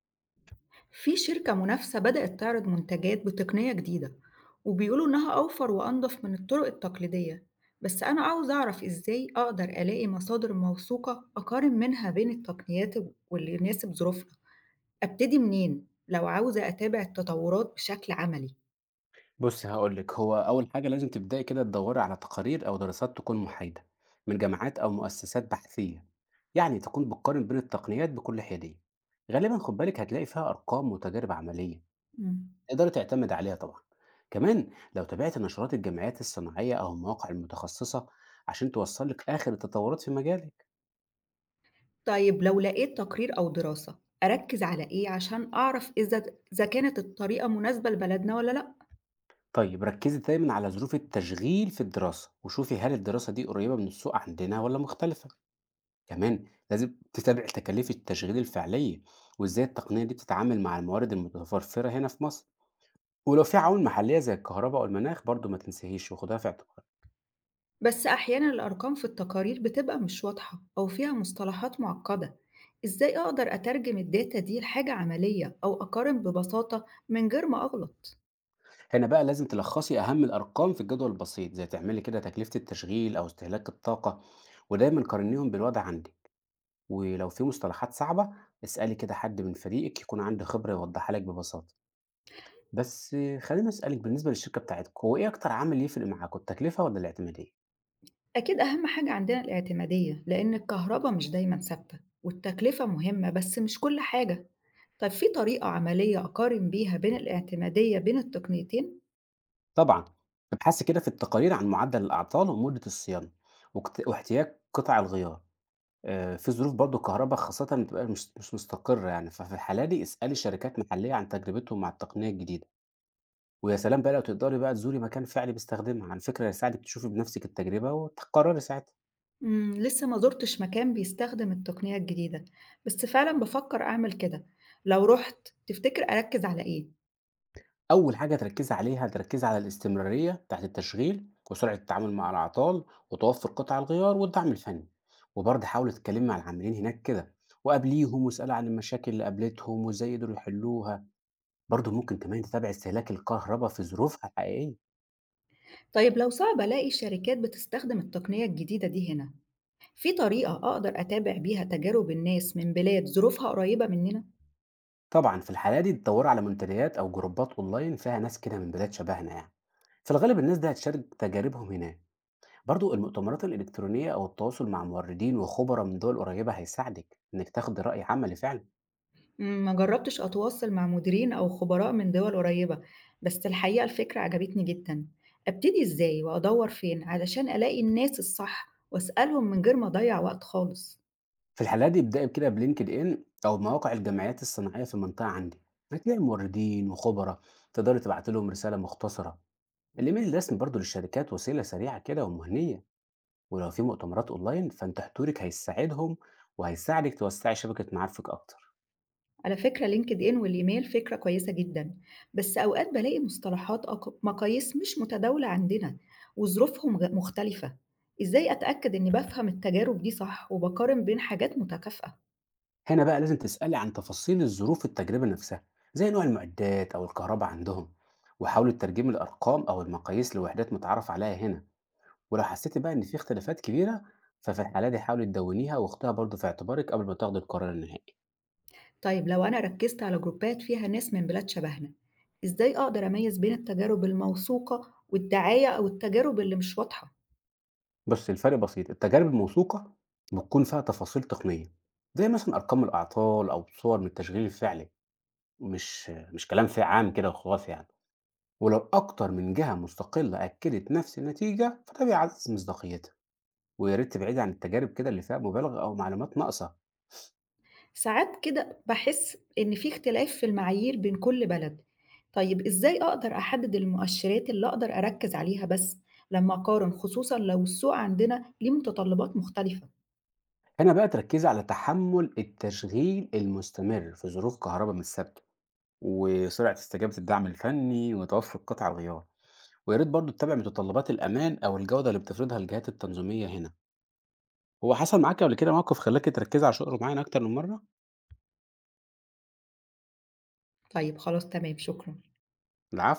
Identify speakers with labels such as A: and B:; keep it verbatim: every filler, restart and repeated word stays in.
A: في شركة منافسة بدأت تعرض منتجات بتقنية جديدة، وبيقولوا إنها أوفر وأنضف من الطرق التقليدية. بس أنا عاوز أعرف إزاي أقدر ألاقي مصادر موثوقة أقارن منها بين التقنيات واللي يناسب ظروفنا. أبتدي منين لو عاوزة أتابع التطورات بشكل عملي؟
B: بُصّي هاقول لِك، هو أول حاجة لازم تبدئي كده تدوّري على تقارير أو دراسات تكون محايدة من جامعات أو مؤسسات بحثية، يعني تكون بتقارن بين التقنيات بكل حيادية، غالبًا خُد بالِك هتلاقي فيها أرقام وتجارب عملية
A: مم.
B: تقدري تعتمدي عليها طبعًا. كمان لو تابعتِ نشرات الجمعيات الصناعية أو المواقع المتخصصة عشان توصّل لِك آخر التطورات في مجالِك.
A: طيب لو لقيت تقرير أو دراسة أركز على إيه عشان أعرف إذا إذا كانت الطريقة مناسبة لبلدنا ولا لأ؟
B: طيب ركّزي دايمًا على ظروف التشغيل في الدراسة، وشوفي هل الدراسة دي قريبة من السوق عندنا والّا مختلفة. كمان لازم تتابع تكاليف التشغيل الفعلية وإزاي التقنية دي بتتعامل مع الموارد المتوفرة هنا في مصر، ولو في عوامل محلية زي الكهرباء أو المناخ برضو ما تنساهيش وخدها في اعتبارك.
A: بس أحيانا الأرقام في التقارير بتبقى مش واضحة أو فيها مصطلحات معقدة. إزاي أقدر أترجم الداتا دي لحاجة عملية أو أقارن ببساطة من غير ما أغلط؟
B: هنا بقى لازم تلخصي أهم الأرقام في الجدول البسيط، زي تعملي كده تكلفة التشغيل أو استهلاك الطاقة، ودايما قارنيهم بالوضع عندك. ولو في مصطلحات صعبة اسألي كده حد من فريقك يكون عنده خبرة يوضحها لك ببساطة. بس خليني أسألك، بالنسبة للشركة بتاعتك هو إيه أكتر عامل يفرق معاكوا، التكلفة ولا الاعتمادية؟
A: أكيد أهم حاجة عندنا الاعتمادية لأن الكهرباء مش دايما ثابتة، والتكلفة مهمة بس مش كل حاجة. طب في طريقة عملية أقارن بيها بين الاعتمادية بين التقنيتين؟
B: طبعًا، أبحاث كده في التقارير عن معدل الأعطال ومدة الصيانة، واكت واحتياج قطع الغيار، آآ، في ظروف برضه الكهرباء خاصةً بتبقى مش مش مستقرة يعني، ففي الحالة دي اسألي شركات محلية عن تجربتهم مع التقنية الجديدة، ويا سلام بقى لو تقدري بقى تزوري مكان فعلي بيستخدمها، على فكرة هيساعدِك تشوفي بنفسِك التجربة وتقرري ساعتها.
A: مم لسه ما زرتش مكان بيستخدم التقنية الجديدة، بس فعلا بفكر أعمل كده. لو رحت تفتكر أركز على إيه؟
B: أول حاجة تركّزي عليها، تركّزي على الاستمرارية بتاعة التشغيل، وسرعة التعامل مع الأعطال، وتوفُّر قطع الغيار والدعم الفني. وبرضه حاولي تتكلّمي مع العاملين هناك كده، وقابليهم واسألي عن المشاكل اللي قابلتهم وإزاي قدروا يحلّوها. برضه ممكن كمان تتابعي استهلاك الكهربا في ظروفها الحقيقية.
A: طيب لو صعب ألاقي شركات بتستخدم التقنية الجديدة دي هنا، في طريقة أقدر أتابع بيها تجارب الناس من بلاد ظروفها قريبة مننا؟
B: طبعًا في الحالة دي تدوّري على منتديات أو جروبات أونلاين فيها ناس كده من بلاد شبهنا يعني. في الغالب الناس دي هتشارك تجاربهم هناك. برضه المؤتمرات الإلكترونية أو التواصل مع موردين وخبرا من دول قريّبة هيساعدِك إنِّك تاخدي رأي عملي فعلًا.
A: مم، ما جربتش أتواصل مع مديرين أو خبراء من دول قريبة، بس الحقيقة الفكرة عجبتني جدا. أبتدي إزاي وأدور فين علشان ألاقي الناس الصح وأسألهم من غير ما أضيع وقت خالص؟
B: في الحالة دي ابدأي كده بلينكد إن أو مواقع الجمعيات الصناعية في المنطقة عندك، هتلاقي موردين وخبراء تقدري تبعت لهم رسالة مختصرة. الإيميل الرسمي برضو للشركات وسيلة سريعة كده ومهنية، ولو في مؤتمرات أونلاين فأنت حضورك هيساعدهم وهيساعدك توسعي شبكة معارفك أكتر.
A: على فكرة لينكد إن والإيميل فكرة كويسة جدًا، بس أوقات بالاقي مصطلحات أو ق مقاييس مش متداولة عندنا وظروفهم غ مختلفة، إزاي أتأكد إني بافهم التجارب دي صح وباقارن بين حاجات متكافئة؟
B: هنا بقى لازم تسألي عن تفاصيل الظروف التجربة نفسها، زي نوع المعدات أو الكهرباء عندهم، وحاولي ترجمي الأرقام أو المقاييس لوحدات متعارف عليها هنا. ولو حسيتي بقى إن في اختلافات كبيرة ففي الحالة دي حاولي تدونيها واخديها برضه في اعتبارك قبل ما تاخدي القرار النهائي.
A: طيب لو أنا ركزت على جروبات فيها ناس من بلاد شبهنا، إزاي أقدر أميز بين التجارب الموثوقة والدعاية أو التجارب اللي مش واضحة؟
B: بص الفرق بسيط، التجارب الموثوقة بتكون فيها تفاصيل تقنية زي مثلا أرقام الأعطال أو صور من التشغيل الفعلي، مش مش كلام في عام كده وخلاص يعني. ولو أكتر من جهة مستقلة أكدت نفس النتيجة فده بيعزز مصداقيتها، ويا ريت تبعدي عن التجارب كده اللي فيها مبالغة أو معلومات ناقصة.
A: ساعات كده باحس إن في اختلاف في المعايير بين كل بلد. طيب إزاي أقدر أحدد المؤشرات اللي أقدر أركز عليها بس لما أقارن، خصوصًا لو السوق عندنا ليه متطلبات مختلفة؟
B: هنا بقى تركزي على تحمل التشغيل المستمر في ظروف كهرباء مش ثابتة، وسرعة استجابة الدعم الفني وتوفر قطع الغيار. ويا ريت برضه تتابع متطلبات الأمان أو الجودة اللي بتفرضها الجهات التنظيمية هنا. هو حصل معاك قبل كده موقف خلاك تركز على شغل معين أكتر من مرة؟
A: طيب خلاص تمام، شكرًا.
B: العفو.